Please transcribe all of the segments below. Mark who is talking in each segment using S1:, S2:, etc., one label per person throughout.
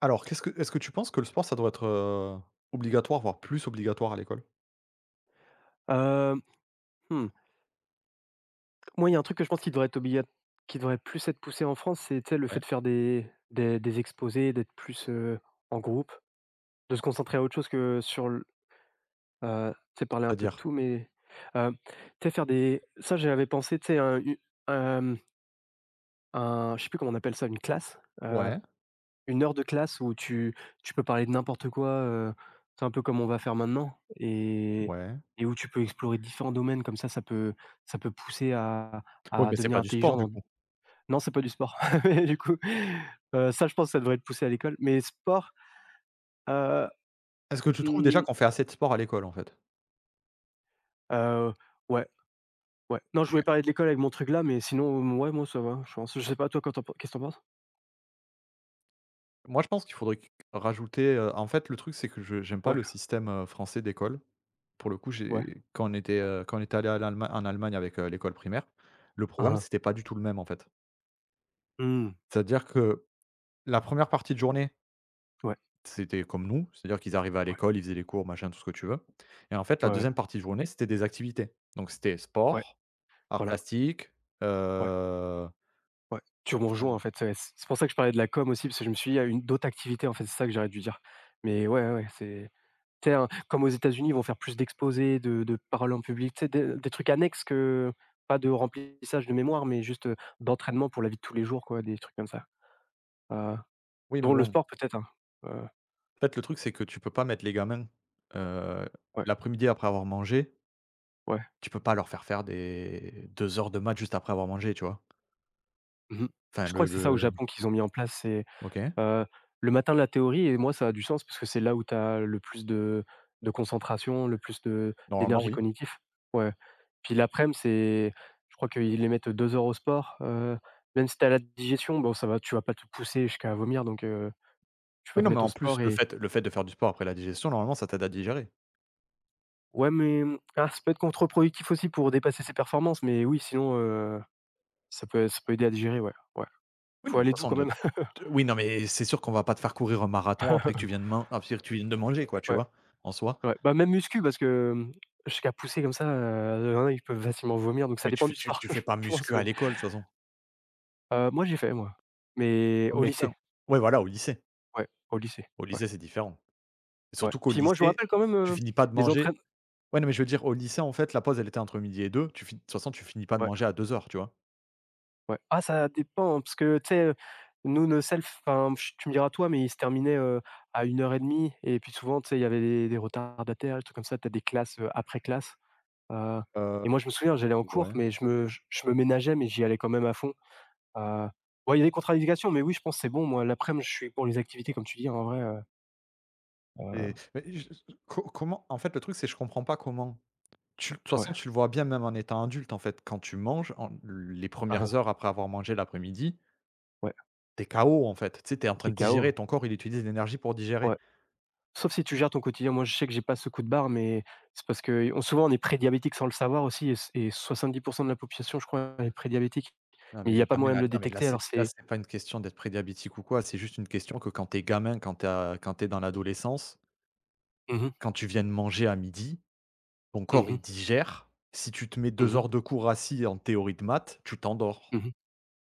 S1: Alors, qu'est-ce que est-ce que tu penses que le sport, ça doit être, obligatoire, voire plus obligatoire à l'école?
S2: Heu, mmh, Moi, il y a un truc que je pense qui devrait être obligat qui devrait plus être poussé en France, c'est, tu sais, le
S1: Ouais.
S2: fait de faire des exposés, d'être plus, en groupe, de se concentrer à autre chose que sur l tu sais, parler un peu de
S1: C'est-à-dire?
S2: tout, mais, heu, tu sais, j'avais pensé, tu sais, hem, un je sais plus comment on appelle ça, une classe,
S1: Ouais,
S2: une heure de classe où tu peux parler de n'importe quoi, c'est un peu comme on va faire maintenant et
S1: ouais.
S2: et où tu peux explorer différents domaines comme ça, ça peut pousser à
S1: Ouais,
S2: à
S1: mais c'est
S2: devenir
S1: pas du sport,
S2: intelligent
S1: du
S2: dans
S1: coup?
S2: non, c'est pas du sport, mais du coup, ça je pense que ça devrait être poussé à l'école, mais sport, heu,
S1: Est-ce que tu trouves déjà
S2: mmh,
S1: qu'on fait assez de sport à l'école, en fait?
S2: heu, ouais, ouais. Non, je
S1: OK.
S2: voulais parler de l'école avec mon truc là, mais sinon, ouais, moi ça va, je pense. Je sais pas toi quand tu pen qu'est-ce que tu penses?
S1: Moi, je pense qu'il faudrait q rajouter, en fait, le truc, c'est que je j'aime pas
S2: Ouais,
S1: le système, français d'école. Pour le coup,
S2: ouais.
S1: j'ai quand on était, allé à l'Allema en Allemagne avec, l'école primaire, le
S2: Hein,
S1: programme,
S2: hein.
S1: c'était pas du tout le même, en fait.
S2: Mmh,
S1: C'est-à-dire que la première partie de journée
S2: ouais,
S1: c'était comme nous, c'est-à-dire qu'ils arrivaient à
S2: ouais,
S1: l'école, ils faisaient les cours, machin, tout ce que tu veux et en fait, la
S2: ouais, ouais,
S1: deuxième partie de journée, c'était des activités. Donc c'était
S2: ouais,
S1: sport, arts
S2: voilà,
S1: plastiques,
S2: ouais.
S1: heu,
S2: Ouais, tu me rejoins
S1: enfin
S2: en fait, ouais, c'est pour ça que je parlais de la com aussi, parce que je me suis dit: «Il y a une d'autres activités» en fait, c'est ça que j'aurais dû dire. Mais ouais, ouais, ouais, c'est tu sais, un comme aux États-Unis, ils vont faire plus d'exposés, de paroles en public, tu sais, des trucs annexes que pas de remplissage de mémoire, mais juste, d'entraînement pour la vie de tous les jours quoi, des trucs comme ça. Heu,
S1: oui, mais
S2: Dont le
S1: bon, en
S2: sport peut-être, hein. Heu,
S1: fait, le truc, c'est que tu peux pas mettre les gamins, heu,
S2: ouais,
S1: l'après-midi après avoir mangé,
S2: ouais.
S1: tu peux pas leur faire faire des 2 heures de maths juste après avoir mangé, tu vois?
S2: Mmh.
S1: Enfin
S2: Je crois que c'est ça au
S1: le
S2: Japon qu'ils ont mis en place, c'est
S1: OK,
S2: Heu, le matin, de la théorie et moi, ça a du sens parce que c'est là où tu as le plus de concentration, le plus de
S1: normalement
S2: d'énergie
S1: oui.
S2: cognitif. Ouais. Puis l'après-midi c'est je crois qu'ils les mettent 2 heures au sport, même si tu as la digestion, bon, ça va, tu vas pas te pousser jusqu'à vomir donc tu vas
S1: Oui,
S2: te
S1: non, mais
S2: mettre au
S1: en plus,
S2: sport
S1: le
S2: et
S1: fait le fait de faire du sport après la digestion, normalement, ça t'aide à digérer.
S2: ouais, mais ça peut être contre-productif aussi pour dépasser ses performances mais oui, sinon, ça peut aider à digérer, ouais, ouais.
S1: Oui, non,
S2: Faut
S1: mais de toute
S2: aller doux
S1: façon,
S2: quand même.
S1: de oui, non, mais c'est sûr qu'on va pas te faire courir un marathon après que tu viennes main après que tu viennes de manger, quoi, tu
S2: Ouais.
S1: vois? En soi.
S2: Ouais, bah, même muscu parce que, jusqu'à pousser comme ça, il y en a, ils peuvent facilement vomir, donc ça
S1: Mais tu
S2: dépend
S1: fais
S2: du
S1: tu
S2: sport,
S1: tu fais pas
S2: je pense,
S1: muscu à
S2: mais
S1: l'école, de toute façon.
S2: moi j'ai fait moi, mais
S1: Ouais, mais quand ouais, voilà, au lycée.
S2: au lycée,
S1: Au
S2: ouais,
S1: lycée, c'est différent. Et
S2: ouais.
S1: surtout qu'au
S2: Puis moi, je me
S1: lycée,
S2: rappelle quand même,
S1: tu finis pas de
S2: les entraîn
S1: manger, ouais, non, mais je veux dire, au lycée, en fait, la pause, elle était entre midi et deux. Tu fin De toute façon, tu finis pas de
S2: ouais,
S1: manger à deux heures, tu vois?
S2: ouais. Ah ça dépend hein, parce que, tu sais, nous nos self enfin, ch tu me diras toi, mais ils se terminaient, à 1:30 et demie et puis souvent, tu sais, il y avait des retardataires, des trucs comme ça, tu as des classes, après classe, heu et
S1: Heu,
S2: moi je me souviens, j'allais en cours,
S1: ouais.
S2: mais je me je me ménageais, mais j'y allais quand même à fond. Heu, ouais, il y a des contre-indications, mais oui, je pense que c'est bon. Moi, l'après-midi, je suis pour les activités comme tu dis, en vrai,
S1: Et
S2: heu,
S1: mais je co comment, en fait, le truc, c'est que je comprends pas comment. Tu de toute
S2: ouais.
S1: façon, tu le vois bien même en étant adulte, en fait, quand tu manges, en les
S2: Hein, hein,
S1: premières heures après avoir mangé l'après-midi,
S2: ouais,
S1: t'es es KO, en fait. Tu sais, tu en train
S2: t'es
S1: de
S2: es KO,
S1: digérer, ton corps, il utilise l'énergie pour digérer.
S2: ouais. Sauf si tu gères ton quotidien. Moi, je sais que j'ai pas ce coup de barre, mais c'est parce que on souvent, on est prédiabétique sans le savoir aussi et 70% de la population, je crois, est prédiabétique,
S1: Non,
S2: mais
S1: mais
S2: il y a
S1: les
S2: pas
S1: gamins,
S2: moyen de
S1: ah
S2: le
S1: non, mais
S2: détecter, alors
S1: là,
S2: c'est.
S1: c'est pas une question d'être prédiabétique ou quoi, c'est juste une question que quand t'es es gamin, quand t'es dans l'adolescence,
S2: Mmh mh,
S1: quand tu viens de manger à midi, ton
S2: mmh
S1: corps,
S2: mh,
S1: il digère. Si tu te mets
S2: mmh
S1: deux
S2: mh,
S1: heures de cours assis en théorie de maths, tu t'endors.
S2: mmh.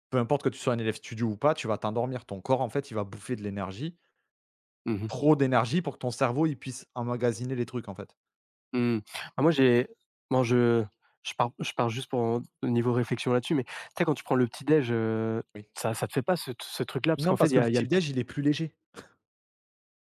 S1: Peu importe que tu sois un élève studio ou pas, tu vas t'endormir. Ton corps, en fait, il va bouffer de l'énergie, trop d'énergie pour que ton cerveau, il puisse emmagasiner les trucs, en fait.
S2: Mmh. Bah, moi, bon, je je pars juste pour en au niveau réflexion là-dessus, mais tu sais, quand tu prends le petit déj,
S1: Oui.
S2: ça te fait pas ce truc-là parce
S1: Non,
S2: qu'en fait,
S1: parce
S2: il
S1: que
S2: y
S1: le
S2: a il y a
S1: petit
S2: le.
S1: déj, il est plus léger.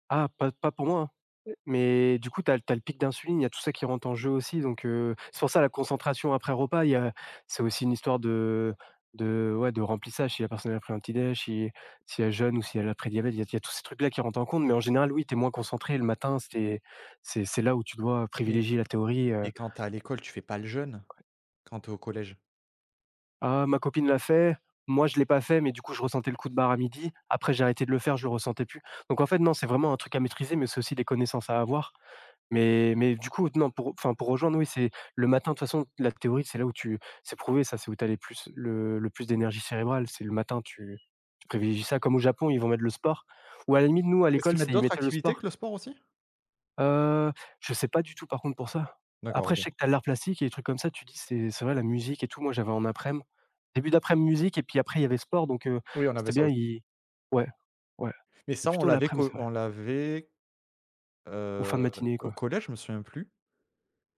S2: Ah, pas pour moi, hein, mais du coup, tu as le pic d'insuline, il y a tout ça qui rentre en jeu aussi, donc c'est pour ça la concentration après repas, il y a c'est aussi une histoire de remplissage. Si la personne a pris un petit déj, si elle jeûne ou si elle a pré-diabète, il y a tous ces trucs là qui rentrent en compte, mais en général, oui, tu es moins concentré le matin, c'est là où tu dois
S1: Mais
S2: privilégier la théorie:
S1: mais quand t'es à l'école, tu fais pas le jeûne, quand t'es au collège?
S2: «Ah, ma copine l'a fait, moi je l'ai pas fait, mais du coup, je ressentais le coup de barre à midi. Après j'ai arrêté de le faire, je le ressentais plus». Donc en fait, non, c'est vraiment un truc à maîtriser, mais c'est aussi des connaissances à avoir. Mais du coup, non, pour enfin, pour rejoindre, oui, c'est le matin, de toute façon, la théorie, c'est là où tu c'est prouvé ça, c'est où tu as les plus le plus d'énergie cérébrale. C'est le matin, tu privilégies ça. Comme au Japon, ils vont mettre le sport ou à la limite, nous, à
S1: Est-ce qu'ils
S2: l'école,
S1: mettent
S2: c'est ils
S1: d'autres
S2: mettaient le
S1: activités que
S2: sport.
S1: le sport aussi?
S2: Heu, je sais pas du tout, par contre, pour ça.
S1: D'accord,
S2: Après, je
S1: OK.
S2: sais que tu as l'art plastique et des trucs comme ça, tu dis: «C'est vrai, la musique et tout». Moi, j'avais en après-midi début d'après-midi musique et puis après, il y avait sport donc
S1: Oui, on avait
S2: c'était
S1: ça
S2: bien,
S1: aussi.
S2: ils ouais, ouais.
S1: Mais
S2: C'est
S1: ça,
S2: plutôt l'aprem, c'est vrai
S1: on l'avait,
S2: ou fin de
S1: heu,
S2: matinée,
S1: au
S2: quoi.
S1: collège, je me souviens plus.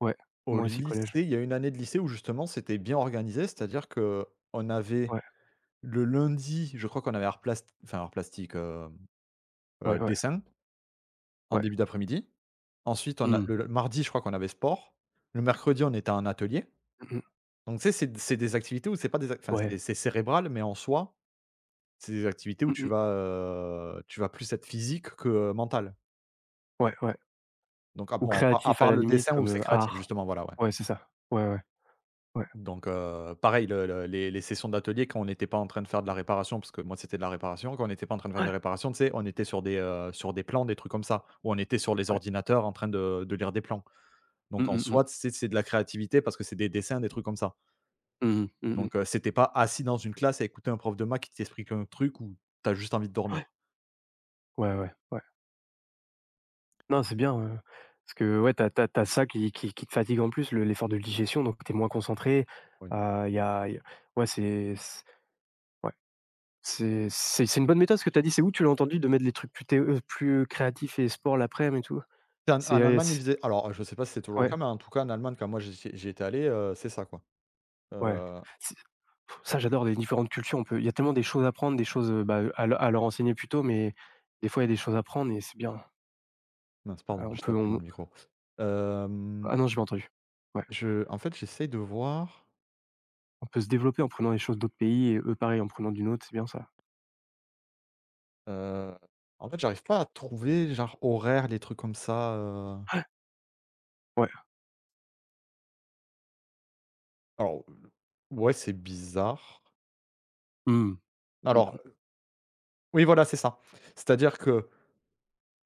S2: Ouais,
S1: Au
S2: moi aussi, collège.
S1: lycée, il y a une année de lycée où justement c'était bien organisé, c'est-à-dire que on avait
S2: Ouais,
S1: le lundi, je crois qu'on avait art plast enfin art plastique,
S2: ouais, ouais,
S1: dessin en
S2: ouais.
S1: début d'après-midi. Ensuite, on a
S2: Mmh.
S1: le mardi, je crois qu'on avait sport. Le mercredi, on était en atelier.
S2: Mmh mh.
S1: Donc tu sais, c'est des activités où c'est pas des ac enfin, c'est
S2: Ouais.
S1: c'est cérébral, mais en soi, c'est des activités où
S2: Mmh
S1: tu
S2: mh.
S1: vas, tu vas plus être physique que, mental.
S2: Ouais, ouais.
S1: Donc ah
S2: Ou
S1: bon, à part à
S2: créatif à
S1: part
S2: la
S1: le
S2: limite
S1: dessin où
S2: comme,
S1: c'est créatif
S2: art.
S1: justement, voilà, ouais.
S2: Ouais, c'est ça. Ouais, ouais, ouais.
S1: Donc, pareil le les sessions d'atelier quand on n'était pas en train de faire de la réparation, parce que moi c'était de la réparation, quand on n'était pas en train de faire de la
S2: Ouais,
S1: réparation, tu sais, on était sur des plans, des trucs comme ça, ou on était sur les
S2: ouais.
S1: ordinateurs en train de lire des plans. Donc
S2: Mmh
S1: en
S2: mh, mmh.
S1: soi, c'est de la créativité parce que c'est des dessins, des trucs comme ça.
S2: Mmh mh. Mmh mh.
S1: Donc, c'était pas assis dans une classe à écouter un prof de maths qui t'explique un truc où t'as juste envie de
S2: Ouais.
S1: dormir.
S2: Ouais, ouais, ouais. Non, c'est bien, parce que ouais, tu as ça qui te fatigue en plus, le l'effort de digestion, donc tu es moins concentré.
S1: Oui.
S2: Il y a Ouais, c'est c ouais, c'est une bonne méthode ce que tu as dit. C'est où tu l'as entendu de mettre les trucs plus créatifs et sport l'après-m et tout?
S1: En
S2: C'est,
S1: en Allemagne, ils
S2: c
S1: faisaient, alors je sais pas si c'est toujours le
S2: Ouais.
S1: cas, mais en tout cas en Allemagne quand moi j'y étais allé, c'est ça quoi.
S2: Ouais.
S1: Heu,
S2: C'est ça, j'adore les différentes cultures, on peut il y a tellement des choses à apprendre, des choses, bah, à leur enseigner plutôt, mais des fois il y a des choses à apprendre et c'est bien.
S1: mince,
S2: Ah
S1: pardon,
S2: on
S1: j'ai
S2: peut
S1: tapé dans
S2: on
S1: le micro. Hem
S2: Ah non, j'ai pas entendu. Ouais,
S1: Je en fait, j'essaye de voir,
S2: on peut se développer en prenant les choses d'autres pays et eux pareil en prenant d'une autre, c'est bien ça.
S1: heu, en fait, j'arrive pas à trouver genre horaire, les trucs comme ça,
S2: Ouais.
S1: alors, ouais, c'est bizarre.
S2: Mmh. Mmh
S1: Alors,
S2: mh.
S1: oui, voilà, c'est ça. C'est-à-dire que,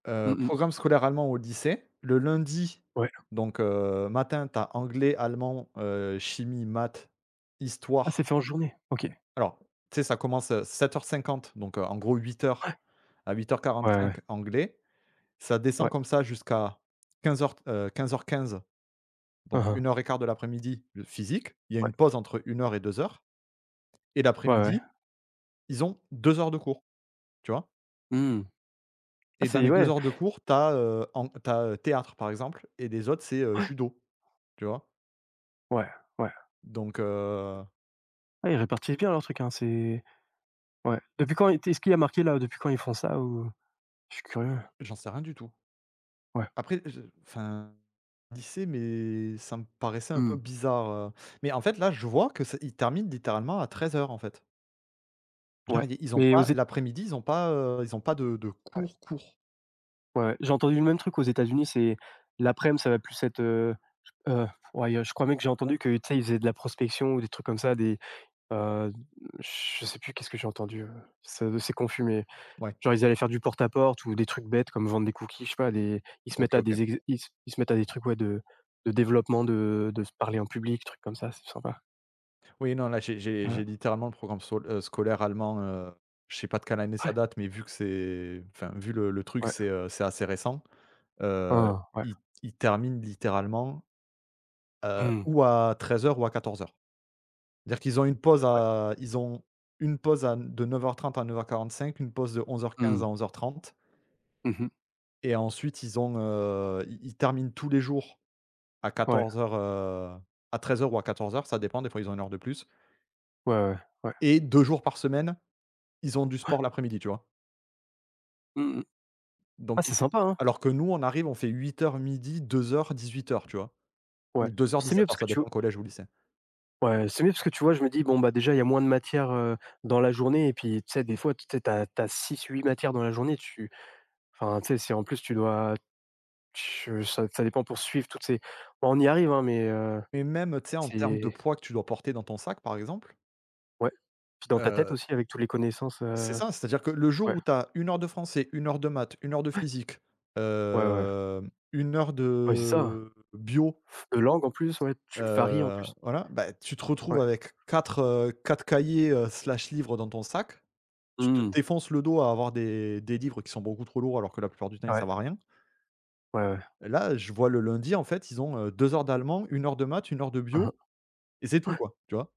S2: Mmh mmh.
S1: programme scolaire allemand au lycée, le lundi,
S2: Ouais.
S1: donc, matin, t'as anglais, allemand, chimie, maths,
S2: Ah
S1: histoire.
S2: c'est fait en journée? OK.
S1: Alors, tu sais, ça commence à 7h50, donc, en gros huit heures.
S2: Ouais.
S1: À huit heures
S2: Ouais, ouais.
S1: quarante-cinq anglais, ça descend
S2: Ouais.
S1: comme ça jusqu'à quinze heures quinze.
S2: Hein,
S1: Donc
S2: hein.
S1: une heure et quart de l'après-midi, le physique, il y a
S2: Ouais.
S1: une pause entre une heure et deux heures et
S2: Ouais, ouais.
S1: l'après-midi, ils ont 2 heures de cours, tu vois?
S2: Mmh. Ah
S1: Et dans
S2: c'est
S1: les 2
S2: ouais.
S1: heures de cours, tu as, théâtre, par exemple, et les autres, c'est, judo, tu vois?
S2: Ouais, ouais.
S1: Donc
S2: Ah ils répartissent bien leur truc, hein, c'est ouais. Depuis quand est ce qu'il y a marqué là, depuis quand ils font ça ou? Je suis curieux.
S1: j'en sais rien du tout.
S2: Ouais.
S1: Après je enfin, lycée, mais ça me paraissait un peu
S2: Mmh.
S1: bizarre, mais en fait, là, je vois que c'est ils terminent littéralement à 13h en fait. Genre,
S2: Ouais,
S1: ils ont
S2: mais aux
S1: pas
S2: Ét
S1: l'après-midi, ils ont pas de
S2: ouais,
S1: cours, cours.
S2: ouais, ouais. J'ai entendu le même truc aux États-Unis, c'est l'après-midi, ça va plus être, heu, ouais, je crois même que j'ai entendu que, tu sais, ils faisaient de la prospection ou des trucs comme ça, des, heu, je sais plus qu'est-ce que j'ai entendu, ça c'est confus, mais
S1: Ouais,
S2: genre ils allaient faire du porte à porte ou des trucs bêtes comme vendre des cookies, je sais pas, des ils se mettent
S1: OK,
S2: à
S1: OK.
S2: des ex ils se mettent à des trucs, ouais, de développement, de se parler en public, trucs comme ça, c'est sympa.
S1: Oui, non, là, j'ai j'ai
S2: Heu,
S1: j'ai littéralement le programme sol scolaire allemand, je sais pas de quelle année ça
S2: ouais,
S1: date, mais vu que c'est enfin, vu le truc,
S2: ouais,
S1: c'est assez récent, heu,
S2: hein, ouais.
S1: ils ils terminent littéralement,
S2: Mmh,
S1: ou à 13h ou à 14h. C'est-à-dire qu'ils ont une pause
S2: ouais,
S1: à ils ont une pause à, de 9:30 à 9:45, une pause de
S2: mmh.
S1: 11:15 à 11:30
S2: Mmh mh.
S1: et ensuite ils ont, ils ils terminent tous les jours à
S2: Ouais,
S1: 14:00, heu, à 13h ou à quatorze heures ça dépend, des fois ils ont une heure de plus
S2: ouais, ouais, ouais.
S1: et 2 jours par semaine, ils ont du sport l'après-midi, tu vois?
S2: Mmh mh. Ah,
S1: Donc
S2: c'est
S1: il t'é
S2: sympa, hein!
S1: alors que nous, on arrive, on fait huit heures midi, deux dix huit heures, tu vois? Ou
S2: Ouais,
S1: deux heures dix
S2: c'est
S1: sept
S2: mieux
S1: heures,
S2: parce que
S1: ça
S2: tu
S1: dépend collège ou lycée.
S2: ouais, c'est mieux parce que tu vois, je me dis: «Bon, bah, déjà, il y a moins de matière, dans la journée» et puis, tu sais, des fois, tu sais, tu as six huit matières dans la journée, tu enfin, tu sais, si en plus tu dois tu ça dépend pour suivre toutes ces bon, on y arrive, hein, mais
S1: Mais même, tu sais, en termes de
S2: c'est
S1: poids que tu dois porter dans ton sac, par exemple,
S2: ouais, puis dans ta tête
S1: heu,
S2: aussi avec toutes les connaissances,
S1: c'est ça, c'est-à-dire que le jour
S2: ouais,
S1: où tu as 1 heure de français, une heure de maths, une heure de physique,
S2: ouais, ouais,
S1: 1 heure
S2: ouais, c'est ça,
S1: de bio.
S2: de langue en plus, ouais, tu varies en plus.
S1: Voilà, bah, tu te retrouves
S2: Ouais.
S1: avec 4 4 cahiers, slash livres dans ton sac. Tu te
S2: Mmh.
S1: défonces le dos à avoir des livres qui sont beaucoup trop lourds, alors que la plupart du temps, ils
S2: Ouais,
S1: servent à rien.
S2: ouais, ouais.
S1: Là, je vois le lundi, en fait, ils ont, 2 heures d'allemand, une heure de maths, une heure de
S2: Mmh.
S1: bio et c'est tout, quoi, tu vois?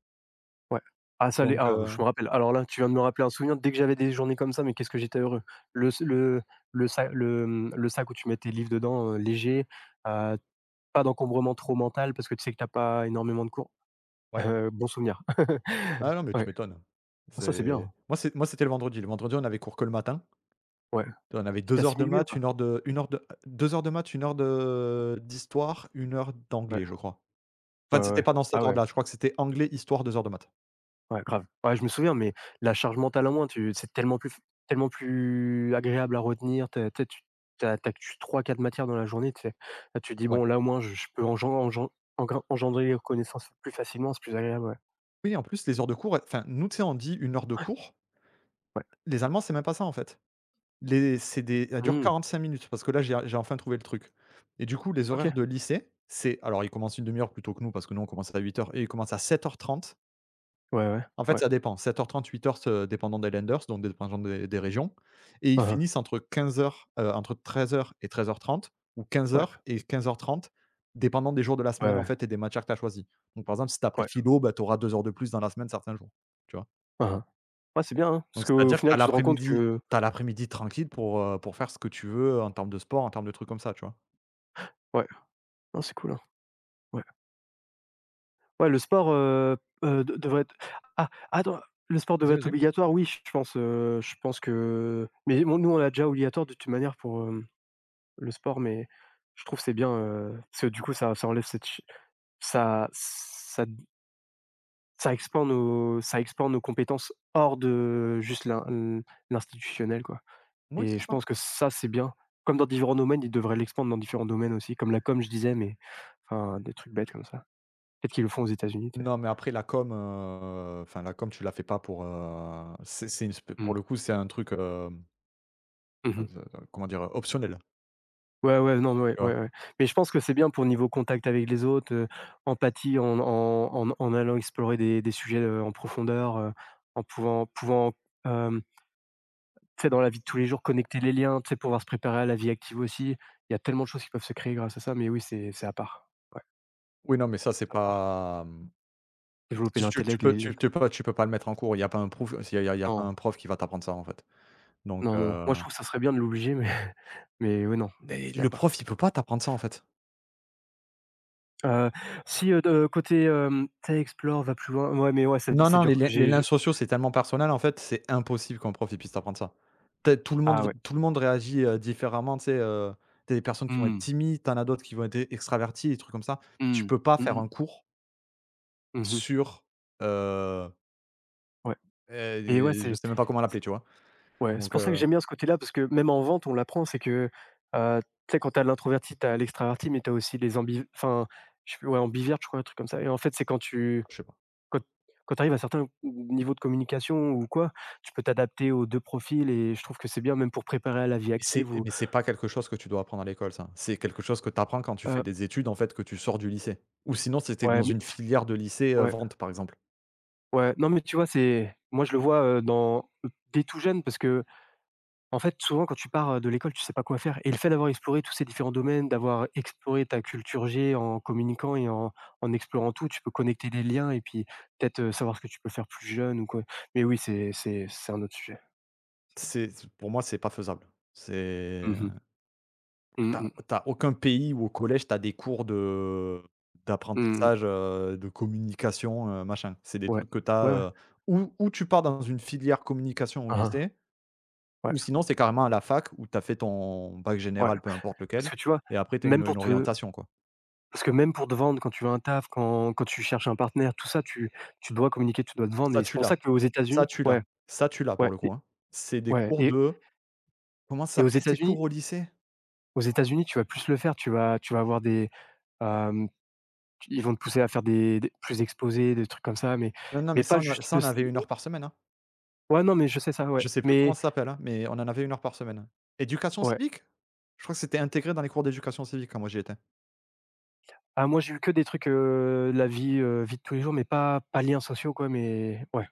S2: Ouais. Ah ça les
S1: Donc
S2: ah, je me rappelle. Alors là, tu viens de me rappeler un souvenir. Dès que j'avais des journées comme ça, mais qu'est-ce que j'étais heureux. Le s le sa le, mmh, Le sac où tu mets tes livres dedans, léger, heu, pas d'encombrement trop mental parce que tu sais que t'as pas énormément de cours.
S1: ouais.
S2: Bon souvenir.
S1: Ah non, mais tu
S2: Ouais,
S1: m'étonnes.
S2: ça c'est bien, hein.
S1: C'est moi, c'était le vendredi. Le vendredi, on avait cours que le matin.
S2: Ouais.
S1: On avait
S2: Tu
S1: 2 heures de
S2: t'assimiles mieux
S1: maths,
S2: quoi.
S1: une heure de 2 heures de maths, une heure de d'histoire, une heure
S2: Ouais,
S1: d'anglais, je crois.
S2: ouais,
S1: Enfin,
S2: ouais,
S1: c'était
S2: ouais.
S1: pas dans
S2: Ah
S1: cet
S2: ouais.
S1: ordre-là, je crois que c'était anglais, histoire, 2 heures de maths.
S2: Ouais, grave. Ouais, je me souviens, mais la charge mentale en moins, tu c'est tellement plus agréable à retenir. T'as tu sais, tu as matières dans la journée, tu sais? Là, tu te dis:
S1: Ouais.
S2: «Bon, là, au moins, je peux engendrer les connaissances plus facilement, c'est plus agréable», ouais.
S1: Oui, en plus, les heures de cours, ouais, enfin, nous, tu sais, on dit une heure de cours.
S2: Ouais.
S1: Les Allemands, c'est même pas ça, en fait. Les c'est des Ça dure
S2: Mmh.
S1: 45 minutes parce que là, j'ai enfin trouvé le truc et du coup, les
S2: OK.
S1: horaires de lycée, c'est alors ils commencent une demi heure plus tôt que nous parce que nous, on commence à huit heures et ils commencent à 7h30.
S2: Ouais, ouais,
S1: En fait,
S2: ouais.
S1: ça dépend. 7:30, 8:00 ce dépendant des Lenders, donc dépendant des régions et ils
S2: Mmh.
S1: finissent entre 15:00, entre 13:00 et 13:30 ou
S2: Ouais.
S1: 15:00 et 15:30, dépendant des jours de la
S2: Ouais,
S1: semaine, en
S2: ouais.
S1: fait et des matières que tu as choisies. Donc, par exemple, si tu as pris
S2: Ouais.
S1: philo, bah, tu auras 2 heures de plus dans la semaine certains jours, tu vois?
S2: Mmh. Ouais, c'est bien, hein, parce
S1: Donc,
S2: qu'au
S1: c'est-à-dire que tu
S2: final,
S1: as
S2: tu te rends compte
S1: l'après-midi
S2: que
S1: t'as l'après-midi tranquille pour faire ce que tu veux en termes de sport, en termes de trucs comme ça, tu vois?
S2: ouais, non, c'est cool, hein. Ouais. Ouais, le sport, de devrait être ah, attends, le sport
S1: Vas-y,
S2: devrait être
S1: vas-y.
S2: obligatoire, oui, je pense que mais bon, nous, on l'a déjà obligatoire de toute manière pour, le sport, mais je trouve que c'est bien, parce que du coup, ça enlève cette ch ça ça ça expand nos compétences hors de juste l'institutionnel, quoi,
S1: Oui,
S2: et
S1: c'est
S2: je
S1: ça.
S2: pense que ça, c'est bien. Comme dans différents domaines, ils devraient l'expandre dans différents domaines aussi, comme la com, je disais, mais enfin, des trucs bêtes comme ça. Peut-être qu'ils le font aux États-Unis, tu sais?
S1: Non, mais après la com, enfin la com, tu la fais pas pour, c'est une sp pour
S2: Mmh.
S1: le coup, c'est un truc, hem
S2: Mmh.
S1: de comment dire? Optionnel,
S2: Ouais, ouais, non, ouais,
S1: tu vois?
S2: ouais, ouais. Mais je pense que c'est bien pour niveau contact avec les autres, empathie en allant explorer des sujets, en profondeur, en pouvant, hem, tu sais, dans la vie de tous les jours, connecter les liens, tu sais, pouvoir se préparer à la vie active aussi. Il y a tellement de choses qui peuvent se créer grâce à ça, mais oui, c'est à part. Ouais,
S1: Oui, non, mais ça, c'est
S2: c'est à part.
S1: pas,
S2: Développer
S1: tu
S2: l'intellect, les
S1: tu tu peux pas le mettre en cours. Il y a pas un prouf s il y a il y a pas
S2: non,
S1: un prof qui va t'apprendre ça, en fait. Donc
S2: non, non, non. Moi, je trouve que ça serait bien de l'obliger, mais mais ouais, non,
S1: mais
S2: il y a
S1: le
S2: pas.
S1: prof, il peut pas t'apprendre ça, en fait.
S2: Heu, si, de côté, tu sais, explore, va plus loin, ouais, mais ouais, c'est
S1: Non,
S2: c'est
S1: non, les
S2: dur.
S1: liens les
S2: J'ai
S1: liens
S2: je
S1: sociaux, c'est tellement personnel, en fait, c'est impossible qu'un prof, il puisse t'apprendre ça. Tu as
S2: ah ouais.
S1: tout le monde réagit, différemment, tu sais, tu as des personnes qui vont être
S2: Mmh.
S1: timides, tu en as d'autres qui vont être é extraverties, des trucs comme ça. Tu
S2: Mmh.
S1: peux pas
S2: Mmh
S1: faire un
S2: mh.
S1: cours
S2: Mmh mh.
S1: sur, heu,
S2: Ouais et ouais,
S1: et je
S2: c'est
S1: sais même pas comment
S2: c
S1: l'appeler, tu vois?
S2: ouais, c'est
S1: Donc
S2: pour ça que j'aime bien ce côté-là parce que même en vente, on l'apprend, c'est que, heu, tu sais, quand tu as l'introverti, tu as l'extraverti, mais tu as aussi les ambi enfin, je sais plus, ouais, ambiverte, je crois, un truc comme ça et en fait, c'est
S1: je sais pas.
S2: quand quand tu arrives à certains niveaux de communication ou quoi, tu peux t'adapter aux 2 profils et je trouve que c'est bien même pour préparer à la vie
S1: Mais c'est
S2: active ou
S1: mais c'est pas quelque chose que tu dois apprendre à l'école ça. C'est quelque chose que tu apprends quand tu fais
S2: heu,
S1: des études, en fait, que tu sors du lycée. Ou sinon, c'était dans
S2: ouais, mais
S1: une filière de lycée,
S2: ouais,
S1: vente, par exemple.
S2: ouais, non, mais tu vois, c'est moi, je le vois, dans dès tout jeune parce que en fait, souvent, quand tu pars, de l'école, tu sais pas quoi faire et le fait d'avoir exploré tous ces différents domaines, d'avoir exploré ta culture G en communiquant et en explorant tout, tu peux connecter les liens et puis peut-être, savoir ce que tu peux faire plus jeune ou quoi. Mais oui, c'est un autre sujet.
S1: C'est c Pour moi, c'est pas faisable. C'est
S2: Mmh mh. Mmh mh.
S1: tu as aucun pays où au collège, t'as des cours de
S2: Mmh.
S1: d'apprentissage, de communication, machin. C'est des
S2: Ouais.
S1: trucs que
S2: Ouais, ouais.
S1: t'as, ou tu pars dans une filière communication au
S2: Hein, hein.
S1: lycée,
S2: Ouais,
S1: ou sinon c'est carrément à la fac où t'as fait ton bac
S2: ouais.
S1: général, peu importe
S2: Parce
S1: lequel,
S2: que tu vois,
S1: et après t'as
S2: même
S1: une
S2: pour te
S1: orientation, quoi.
S2: parce que même pour te vendre quand tu veux un taf, quand tu cherches un partenaire, tout ça, tu dois communiquer, tu dois te vendre
S1: Ça,
S2: et c'est
S1: tu
S2: pour
S1: l'as.
S2: ça qu'aux
S1: Ça,
S2: États-Unis
S1: tu l'as.
S2: ouais,
S1: Ça, tu l'as
S2: ouais
S1: pour le coup,
S2: et
S1: hein. C'est des
S2: ouais
S1: cours de Comment ça
S2: et aux
S1: s'appelait ces
S2: États-Unis
S1: cours au lycée?
S2: aux États-Unis, tu vas plus le faire, tu vas avoir des, hem, tu ils vont te pousser à faire des plus exposés, des trucs comme ça,
S1: Non, non, mais
S2: mais
S1: ça,
S2: pas
S1: on a
S2: juste
S1: ça,
S2: le
S1: on
S2: s
S1: avait une heure par semaine, hein.
S2: ouais, non, mais je sais ça, ouais,
S1: Je sais plus comment
S2: mais
S1: ça s'appelle, hein, mais on en avait une heure par semaine. Éducation
S2: ouais.
S1: civique? Je crois que c'était intégré dans les cours d'éducation civique quand moi j'y étais.
S2: Ah moi, j'ai eu que des trucs, de la vie, vie de tous les jours, mais pas liens sociaux quoi, mais ouais.